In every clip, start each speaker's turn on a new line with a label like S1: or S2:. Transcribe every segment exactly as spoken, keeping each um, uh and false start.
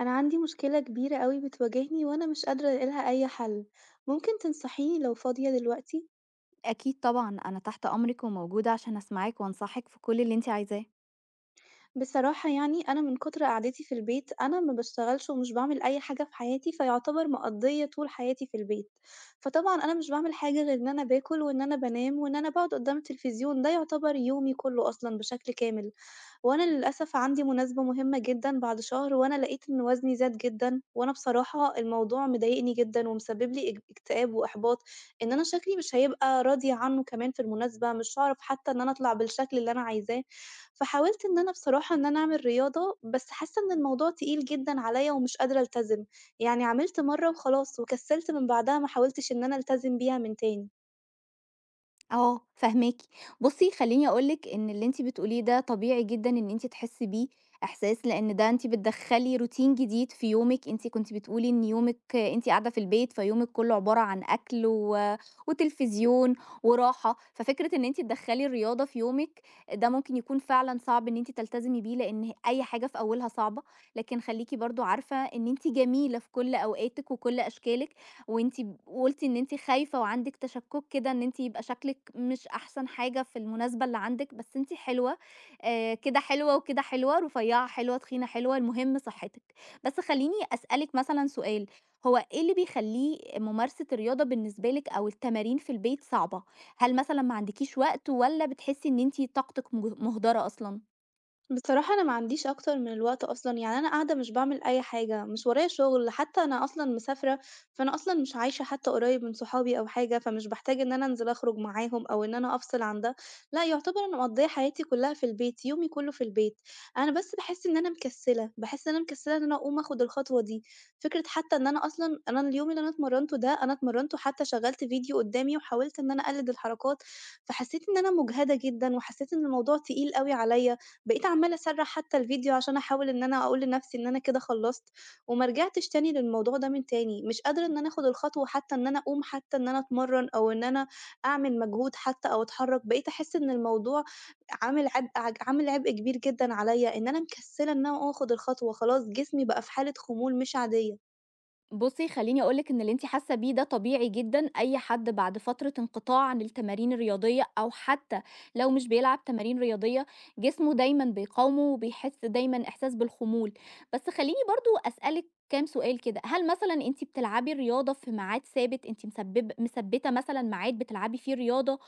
S1: أنا عندي مشكلة كبيرة أوي بتواجهني وأنا مش قادرة ألاقي لها أي حل، ممكن تنصحيني لو فاضية دلوقتي؟
S2: أكيد طبعًا، أنا تحت أمرِك وموجودة عشان أسمعِك وأنصحِك في كل اللي أنتِ عايزاه.
S1: بصراحة يعني أنا من كتر قعدتي في البيت أنا ما باشتغلش ومش باعمل أي حاجة في حياتي، فيعتبر مقضية طول حياتي في البيت، فطبعًا أنا مش باعمل حاجة غير إن أنا باكل وإن أنا بانام وإن أنا باقعد قدام التلفزيون، ده يعتبر يومي كله أصلًا بشكل كامل. وأنا للأسف عندي مناسبة مهمة جدًا بعد شهر، وأنا لقيت إن وزني زاد جدًا، وأنا بصراحة الموضوع مضايقني جدًا ومسبب لي اك اكتئاب وإحباط، إن أنا شكلي مش هيبقى راضية عنه كمان في المناسبة، مش هاعرف حتى إن أنا أطلع بالشكل اللي أنا عايزاه، فحاولت إن أنا بصراحة إن أنا أعمل رياضة، بس حاسة إن الموضوع تقيل جدًا عليَّ ومش قادرة ألتزم، يعني عملت مرة وخلاص وكسلت من بعدها ما حاولتش إن أنا ألتزم بيها من تاني.
S2: آه، فاهماكِ. بُصّي، خلّيني أقول لِك إن اللي أنتِ بتقوليه ده طبيعي جدًا إن أنتِ تحسّي بيه إحساس، لإن ده أنتِ بتدخّلي routine جديد في يومِك، أنتِ كنتِ بتقولي إن يومِك أنتِ قاعدة في البيت، فيومِك كُلّه عبارة عن أكل و وتلفزيون وراحة، ففكرة إن أنتِ تدخّلي الرياضة في يومِك، ده ممكن يكون فعلًا صعب إن أنتِ تلتزمي بيه، لإن أي حاجة في أولها صعبة، لكن خلّيكِ برضه عارفة إن أنتِ جميلة في كل أوقاتِك وكل أشكالِك، وأنتِ ب وقُلتِ إن أنتِ خايفة وعندِك تشكُّك كده إن أنتِ يبقى شكلِك مش أحسن حاجة في المناسبة اللي عندِك، بس أنتِ حلوة، آآ كده حلوة وكده حلوة، رفيّعة حلوة، تخينة حلوة، المهم صحتِك. بس خلّيني أسألِك مثلًا سؤال، هو إيه اللي بيخلّي ممارسة الرياضة بالنسبة لِك أو التمارين في البيت صعبة؟ هل مثلًا ما عندكيش وقت والّا بتحسّي إن أنتِ طاقتِك مج مُهدرة أصلًا؟
S1: بصراحة أنا ما عنديش أكتر من الوقت أصلًا، يعني أنا قاعدة مش باعمل أي حاجة، مش ورايا شغل، حتى أنا أصلًا مسافرة، فأنا أصلًا مش عايشة حتى قريب من صحابي أو حاجة، فمش باحتاج إن أنا أنزل أخرج معاهم أو إن أنا أفصل عن ده، لأ يعتبر أنا مقضية حياتي كلها في البيت، يومي كله في البيت، أنا بس باحس إن أنا مكسلة، باحس إن أنا مكسلة إن أنا أقوم آخد الخطوة دي، فكرة حتى إن أنا أصلًا أنا اليوم اللي أنا اتمرنته ده، أنا اتمرنته حتى شغّلت فيديو قدامي وحاولت إن أنا أقلد الحركات، فحسيت إن أنا مجهدة جدًا، وحسيت إن الموضوع تقيل أوي عليَّ. بقيت عمّالة أسرّح حتى الفيديو عشان أحاول إن أنا أقول لنَفْسي إن أنا كده خلّصت، وما رجعتش تاني للموضوع ده من تاني، مش قادرة إن أنا آخُد الخطوة حتى إن أنا أقوم حتى إن أنا أتمرّن أو إن أنا أعمل مجهود حتى أو أتحرّك، بقيت أحس إن الموضوع عامل عبء عج عامل عبء كبير جدًا عليّا، إن أنا مكسّلة إن أنا آخُد الخطوة، خلاص جسمي بقى في حالة خمول مش عادية.
S2: بُصّي، خلّيني أقول لِك إن اللي أنتِ حاسة بيه ده طبيعي جدًا، أي حد بعد فترة انقطاع عن التمارين الرياضية أو حتى لو مش بيلعب تمارين رياضية، جسمه دايمًا بيقاومه وبيحس دايمًا إحساس بالخمول. بس خلّيني برضه أسألِك كام سؤال كده، هل مثلًا أنتِ بتلعبي الرياضة في ميعاد ثابت، أنتِ مسبب مثبّتة مثلًا ميعاد بتلعبي فيه رياضة،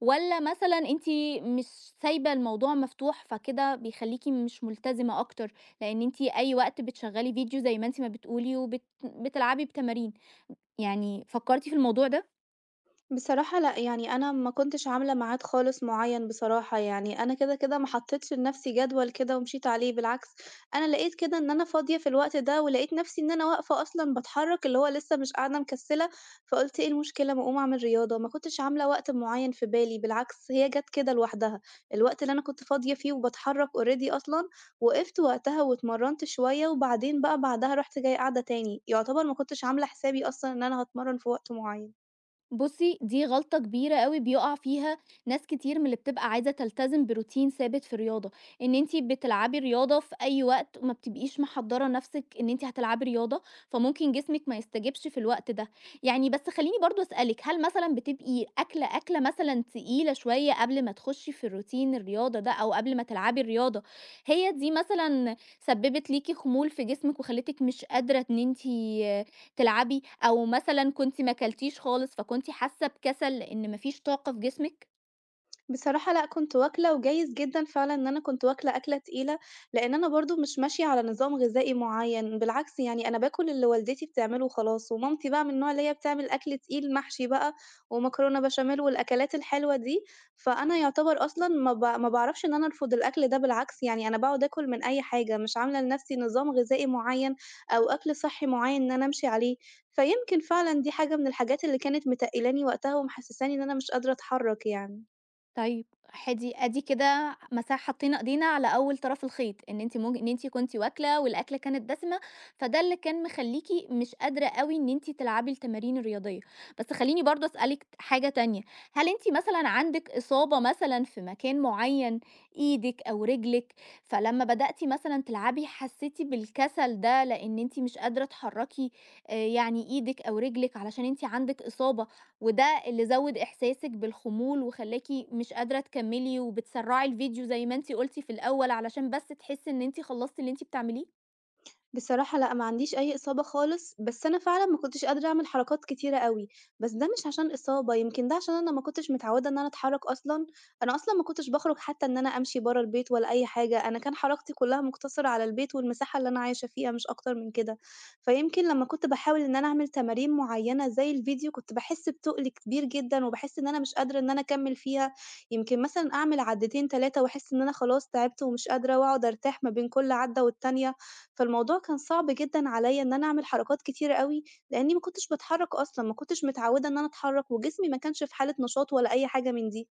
S2: والّا مثلًا أنتِ مش سايبة الموضوع مفتوح فكده بيخلّيكِ مش ملتزمة أكتر؟ لأن أنتِ أي وقت بتشغّلي فيديو زي ما أنتِ ما بتقولي وبت بتلعبي بتمارين، يعني فكّرتِ في الموضوع ده؟
S1: بصراحة لأ، يعني أنا ما كنتش عاملة ميعاد خالص معيّن بصراحة، يعني أنا كده، كده ما حطيتش لنفسي جدول كده ومشيت عليه، بالعكس أنا لقيت كده إن أنا فاضية في الوقت ده، ولقيت نفسي إن أنا واقفة أصلًا باتحرك، اللي هو لسه مش قاعدة مكسلة، فقُلت إيه المشكلة ما أقوم أعمل رياضة، ما كنتش عاملة وقت معيّن في بالي، بالعكس هي جات كده لوحدها، الوقت اللي أنا كنت فاضية فيه وباتحرك already أصلًا، وقفت وقتها واتمرنت شوية، وبعدين بقى بعدها رُحت جاية قاعدة تاني، يعتبر ما كنتش عاملة حسابي أصلًا إن أنا هاتمرن في وقت معيّن.
S2: بُصّي، دي غلطة كبيرة أوي بيُقع فيها ناس كتير من اللي بتبقى عايزة تلتزم بروتين ثابت في الرياضة، إن أنتِ بتلعبي رياضة في أي وقت وما بتبقيش محضّرة نَفْسِك إن أنتِ هتلعبي رياضة، فممكن جسمِك ما يستجبش في الوقت ده. يعني بس خلّيني برضه أسألِك، هل مثلًا بتبقي أكلة أكلة مثلًا تقيلة شوية قبل ما تخُشّي في الروتين الرياضة ده أو قبل ما تلعبي الرياضة، هي دي مثلًا سبِّبت ليكِ خمول في جسمِك وخلّتِك مش قادرة إن أنتِ تلعبي أو مثلًا كنتِ ما كلتيش خالص، فكنتِ حاسة بكسل لإن ما فيش طاقة في جسمِك؟
S1: بصراحة لأ، كنت واكلة وجايز جدًا فعلًا إن أنا كنت واكلة أكلة تقيلة، لإن أنا برضه مش ماشية على نظام غذائي معيّن، بالعكس يعني أنا باكل اللي والدتي بتعمله وخلاص، ومامتي بقى من النوع اللي هي بتعمل أكل تقيل محشي بقى ومكرونة بشاميل والأكلات الحلوة دي، فأنا يعتبر أصلًا ما ب ما باعرفش إن أنا أرفض الأكل ده بالعكس، يعني أنا باقعد آكل من أي حاجة، مش عاملة لنفسي نظام غذائي معيّن أو أكل صحّي معيّن إن أنا أمشي عليه، فيمكن فعلًا دي حاجة من الحاجات اللي كانت متقِّلاني وقتها ومحسّساني إن أنا مش قادرة أتحرّك يعني.
S2: طيب، حدي أدي كده مسا حطينا إيدينا على أول طرف الخيط، إن أنتِ مج إن أنتِ كنتِ واكلة والأكلة كانت دسمة، فده اللي كان مخلّيكِ مش قادرة أوي إن أنتِ تلعبي التمارين الرياضية. بس خلّيني برضه أسألِك ت حاجة تانية، هل أنتِ مثلًا عندِك إصابة مثلًا في مكان معيّن، إيدِك أو رجلِك، فلمّا بدأتِ مثلًا تلعبي حسيتِ بالكسل ده لإن أنتِ مش قادرة تحرّكي آآ يعني إيدِك أو رجلِك علشان أنتِ عندِك إصابة، وده اللي زوّد إحساسِك بالخمول وخلّاكِ مش قادرة تكمّلي وبتسرّعي الفيديو زي ما أنتِ قُلتِ في الأول علشان بس تحسّي إن أنتِ خلّصتِ اللي أنتِ بتعمليه؟
S1: بصراحة لأ، ما عنديش أي إصابة خالص، بس أنا فعلًا ما كنتش قادرة أعمل حركات كتيرة أوي، بس ده مش عشان إصابة، يمكن ده عشان أنا ما كنتش متعودة إن أنا أتحرك أصلًا، أنا أصلًا ما كنتش باخرج حتى إن أنا أمشي برّه البيت ولا أي حاجة، أنا كان حركتي كلها مقتصرة على البيت والمساحة اللي أنا عايشة فيها مش أكتر من كده، فيمكن لمّا كنت باحاول إن أنا أعمل تمارين معيّنة زي الفيديو، كنت باحس بتُقل كبير جدًا، وباحس إن أنا مش قادرة إن أنا أكمّل فيها، يمكن مثلًا أعمل عدّتين تلاتة وأحس إن أنا خلاص تعبت ومش قادرة، وأقعد أرتاح ما بين كل عدّة والتانية. فالموضوع كان صعب جدًا عليّا إن أنا أعمل حركات كتيرة أوي، لإنّي ما كنتش باتحرّك أصلًا، ما كنتش متعوّدة إن أنا أتحرّك، وجسمي ما كانش في حالة نشاط ولا أي حاجة من دي.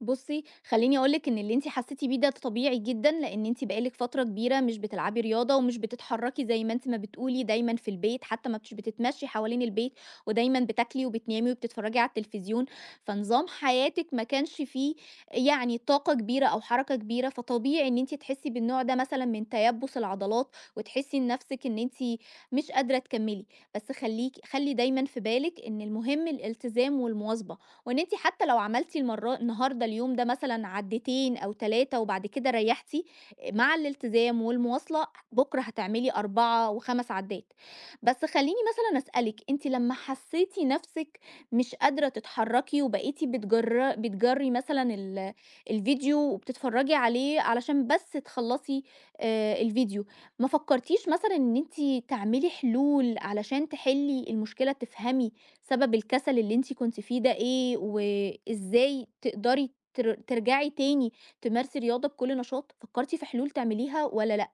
S2: بُصّي، خلّيني أقول لِك إن اللي أنتِ حسّيتِ بيه ده طبيعي جدًا، لإن أنتِ بقى لِك فترة كبيرة مش بتلعبي رياضة ومش بتتحرّكي زي ما أنتِ ما بتقولي، دايمًا في البيت، حتى ما بتش بتتمشّي حوالين البيت، ودايمًا بتاكلي وبتنامي وبتتفرّجي على التلفزيون، فنظام حياتِك ما كانش فيه يعني طاقة كبيرة أو حركة كبيرة، فطبيعي إن أنتِ تحسّي بالنوع ده مثلًا من تيبُّس العضلات وتحسّي لنَفْسِك إن أنتِ مش قادرة تكمّلي، بس خلّيكِ خلّي دايمًا في بالِك إن المهم الالتزام والمواظبة، وإن أنتِ حتى لو عملتِ المرة النهارده اليوم ده مثلًا عدّتين أو ثلاثة وبعد كده ريّحتِ، مع الالتزام والمواصلة بُكرة هتعملي أربعة و5 عدّات. بس خلّيني مثلًا أسألِك، أنتِ لمّا حسّيتِ نَفْسِك مش قادرة تتحرّكي وبقيتِ بتجر بتجرّي مثلًا ال الفيديو وبتتفرّجي عليه علشان بس تخلّصي آآ الفيديو، ما فكّرتيش مثلًا إن أنتِ تعملي حلول علشان تحلّي المشكلة، تفهمي سبب الكسل اللي أنتِ كنتِ فيه ده إيه، وإزاي تقدري تر ترجعي تاني تمارسي رياضة بكل نشاط؟ فكرتِ في حلول تعمليها والّا لأ؟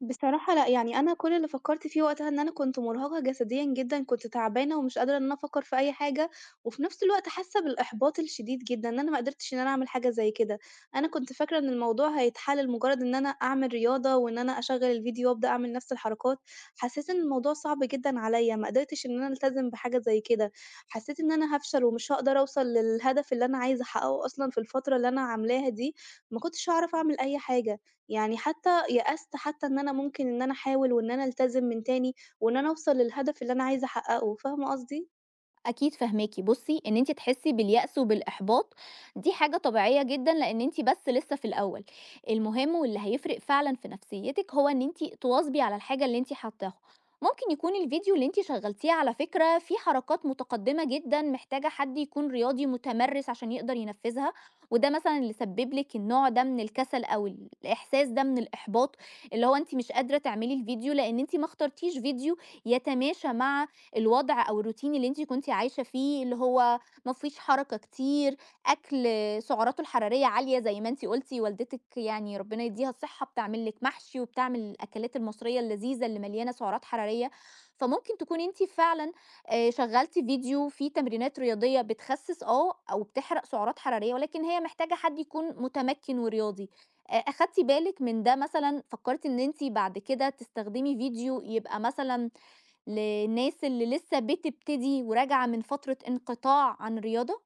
S1: بصراحة لأ، يعني أنا كل اللي فكّرت فيه وقتها إن أنا كنت مرهقة جسديًا جدًا، كنت تعبانة ومش قادرة إن أنا أفكّر في أي حاجة، وفي نفس الوقت حاسة بالإحباط الشديد جدًا، إن أنا ما قدرتش إن أنا أعمل حاجة زي كده. أنا كنت فاكرة إن الموضوع هيتحل لمجرد إن أنا أعمل رياضة، وإن أنا أشغّل الفيديو وأبدأ أعمل نفس الحركات، حسيت إن الموضوع صعب جدًا عليَّ، ما قدرتش إن أنا ألتزم بحاجة زي كده، حسيت إن أنا هافشل ومش هاقدر أوصل للهدف اللي أنا عايزة أحققه أصلًا في الفترة اللي أنا عاملاها دي، ما كنتش هاعرف أعمل أي حاجة. يعني حتى يأست حتى إن أنا ممكن إن أنا أحاول وإن أنا ألتزم من تاني، وإن أنا أوصل للهدف اللي أنا عايزة أحققه، فاهمة قصدي؟
S2: أكيد فاهماكِ، بُصّي إن أنتِ تحسّي باليأس وبالإحباط دي حاجة طبيعية جدًا، لإن أنتِ بس لسه في الأول، المهم واللي هيفرق فعلًا في نفسيتِك هو إن أنتِ تواظبي على الحاجة اللي أنتِ حاطاها، ممكن يكون الفيديو اللي أنتِ شغّلتيه على فكرة فيه حركات متقدمة جدًا محتاجة حد يكون رياضي متمرّس عشان يقدر ينفّذها، وده مثلًا اللي سبّب لِك النوع ده من الكسل أو الإحساس ده من الإحباط، اللي هو أنتِ مش قادرة تعملي الفيديو لإن أنتِ ما اخترتيش فيديو يتماشى مع الوضع أو الروتين اللي أنتِ كنتِ عايشة فيه، اللي هو ما فيش حركة كتير، أكل سعراته الحرارية عالية زي ما أنتِ قُلتِ والدتِك يعني ربنا يديها الصحة بتعمل لِك محشي وبتعمل الأكلات المصرية اللذيذة اللي مليانة سعرات حرارية، فممكن تكوني أنتِ فعلًا آآ شغّلتِ فيديو فيه تمرينات رياضية بتخسِّس، آه، أو بتحرق سعرات حرارية، ولكن هي محتاجة حد يكون متمكِّن ورياضي. آآ أخدتِ بالِك من ده مثلًا، فكّرتِ إن أنتِ بعد كده تستخدمي فيديو يبقى مثلًا للناس اللي لسه بتبتدي وراجعة من فترة انقطاع عن الرياضة؟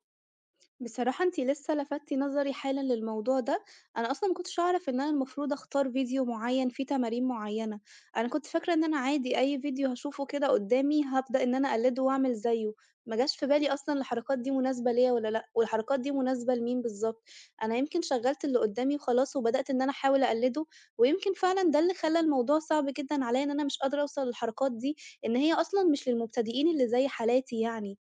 S1: بصراحة أنتِ لسه لفتتِ نظري حالًا للموضوع ده، أنا أصلًا ما كنتش أعرف إن أنا المفروض أختار فيديو معيّن فيه تمارين معيّنة، أنا كنت فاكرة إن أنا عادي أي فيديو هاشوفه كده قدّامي هابدأ إن أنا أقلده وأعمل زيه، ما جاش في بالي أصلًا الحركات دي مناسبة ليّا والّا لأ، والحركات دي مناسبة لمين بالضبط، أنا يمكن شغّلت اللي قدّامي وخلاص وبدأت إن أنا أحاول أقلده، ويمكن فعلًا ده اللي خلّى الموضوع صعب جدًا عليّا إن أنا مش قادرة أوصل للحركات دي، إن هي أصلًا مش للمبتدئين اللي زي حالاتي يعني.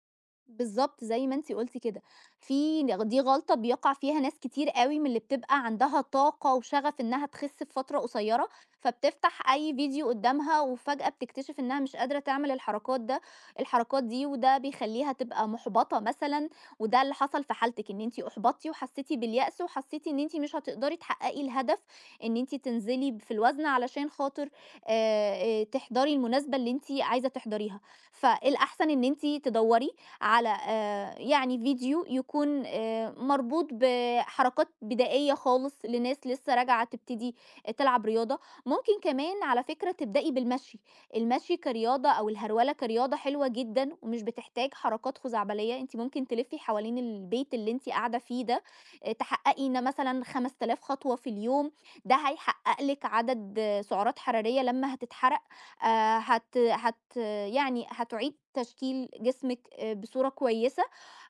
S2: بالضبط، زي ما أنتِ قُلتِ كده، في ن دي غلطة بيقع فيها ناس كتير أوي من اللي بتبقى عندها طاقة وشغف إنها تخس في فترة قصيرة، فبتفتح أي فيديو قدامها وفجأة بتكتشف إنها مش قادرة تعمل الحركات ده الحركات دي، وده بيخلّيها تبقى مُحبطة مثلًا، وده اللي حصل في حالتِك، إن أنتِ أُحبطتِ وحسيتِ باليأس وحسيتِ إن أنتِ مش هتقدري تحققي الهدف إن أنتِ تنزلي ب في الوزن علشان خاطر آآ، آآ، تحضري المناسبة اللي أنتِ عايزة تحضريها، فالأحسن إن أنتِ تدوّري على، آه، يعني فيديو يكون، آه، مربوط بحركات بدائية خالص لناس لسه راجعة تبتدي تلعب رياضة، ممكن كمان على فكرة تبدأي بالمشي. المشي كرياضة أو الهرولة كرياضة حلوة جدا ومش بتحتاج حركات خزعبلية، انت ممكن تلفي حوالين البيت اللي انت قاعدة فيه ده، آه، تحققي ان مثلا خمسة آلاف خطوة في اليوم، ده هيحقق لك عدد، آه، سعرات حرارية لما هتتحرق، آه، هت هت يعني هتعيد تشكيل جسمِك آآ بصورة كويسة،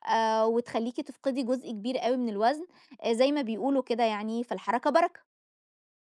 S2: آآ وتخلّيكِ تفقدي جزء كبير أوي من الوزن، آآ زي ما بيقولوا كده يعني، فالحركة بركة.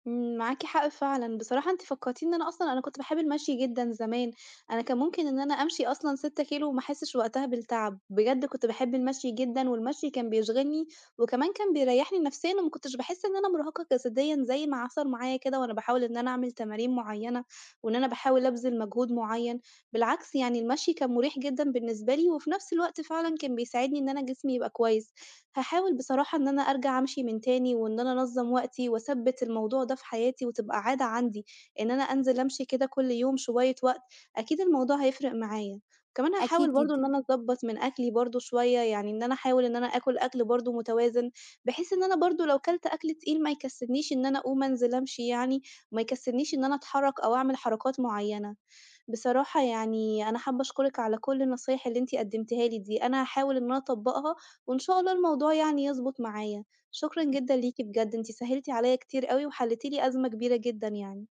S1: إمم، معاكِ حق فعلًا، بصراحة أنتِ فكّرتيني إن أنا أصلًا أنا كنت باحب المشي جدًا زمان، أنا كان ممكن إن أنا أمشي أصلًا ستة كيلو وما أحسّش وقتها بالتعب، بجد كنت باحب المشي جدًا، والمشي كان بيشغلني، وكمان كان بيريّحني نفسيًا وما كنتش باحس إن أنا مرهقة جسديًا زي ما حصل معايا كده وأنا باحاول إن أنا أعمل تمارين معيّنة، وإن أنا باحاول أبذل مجهود معيّن، بالعكس يعني المشي كان مُريح جدًا بالنسبة لي، وفي نفس الوقت فعلًا كان بيساعدني إن أنا جسمي يبقى كويس. هاحاول بصراحة إن أنا أرجع أمشي من تاني، وإن أنا أنظّم وقتي وأثبِّت الموضوع ده في حياتي وتبقى عادة عندي، إن أنا أنزل أمشي كده كل يوم شوية وقت، أكيد الموضوع هيفرق معايا. كمان هاحاول
S2: أكيد
S1: برضه
S2: جدًا.
S1: إن أنا أضبّط من أكلي برضه شوية، يعني إن أنا أحاول إن أنا آكل أكل برضه متوازن، بحيث إن أنا برضه لو كلت أكل تقيل ما يكسّلنيش إن أنا أقوم أنزل أمشي يعني، وما يكسّلنيش إن أنا أتحرّك أو أعمل حركات معيّنة. بصراحة يعني أنا حابة أشكرِك على كل النصايح اللي أنتِ قدّمتيها لي دي، أنا هاحاول إن أنا أطبّقها وإن شاء الله الموضوع يعني يضبط معايا. شكرًا جدًا ليكِ بجد، أنتِ سهّلتِ عليّا كتير أوي وحلّيتِ لي أزمة كبيرة جدًا يعني.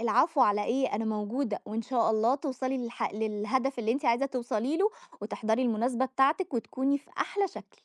S2: العفو على إيه، أنا موجودة، وإن شاء الله توصلي للح للهدف اللي أنتِ عايزة توصلي له، وتحضري المناسبة بتاعتِك وتكوني في أحلى شكل.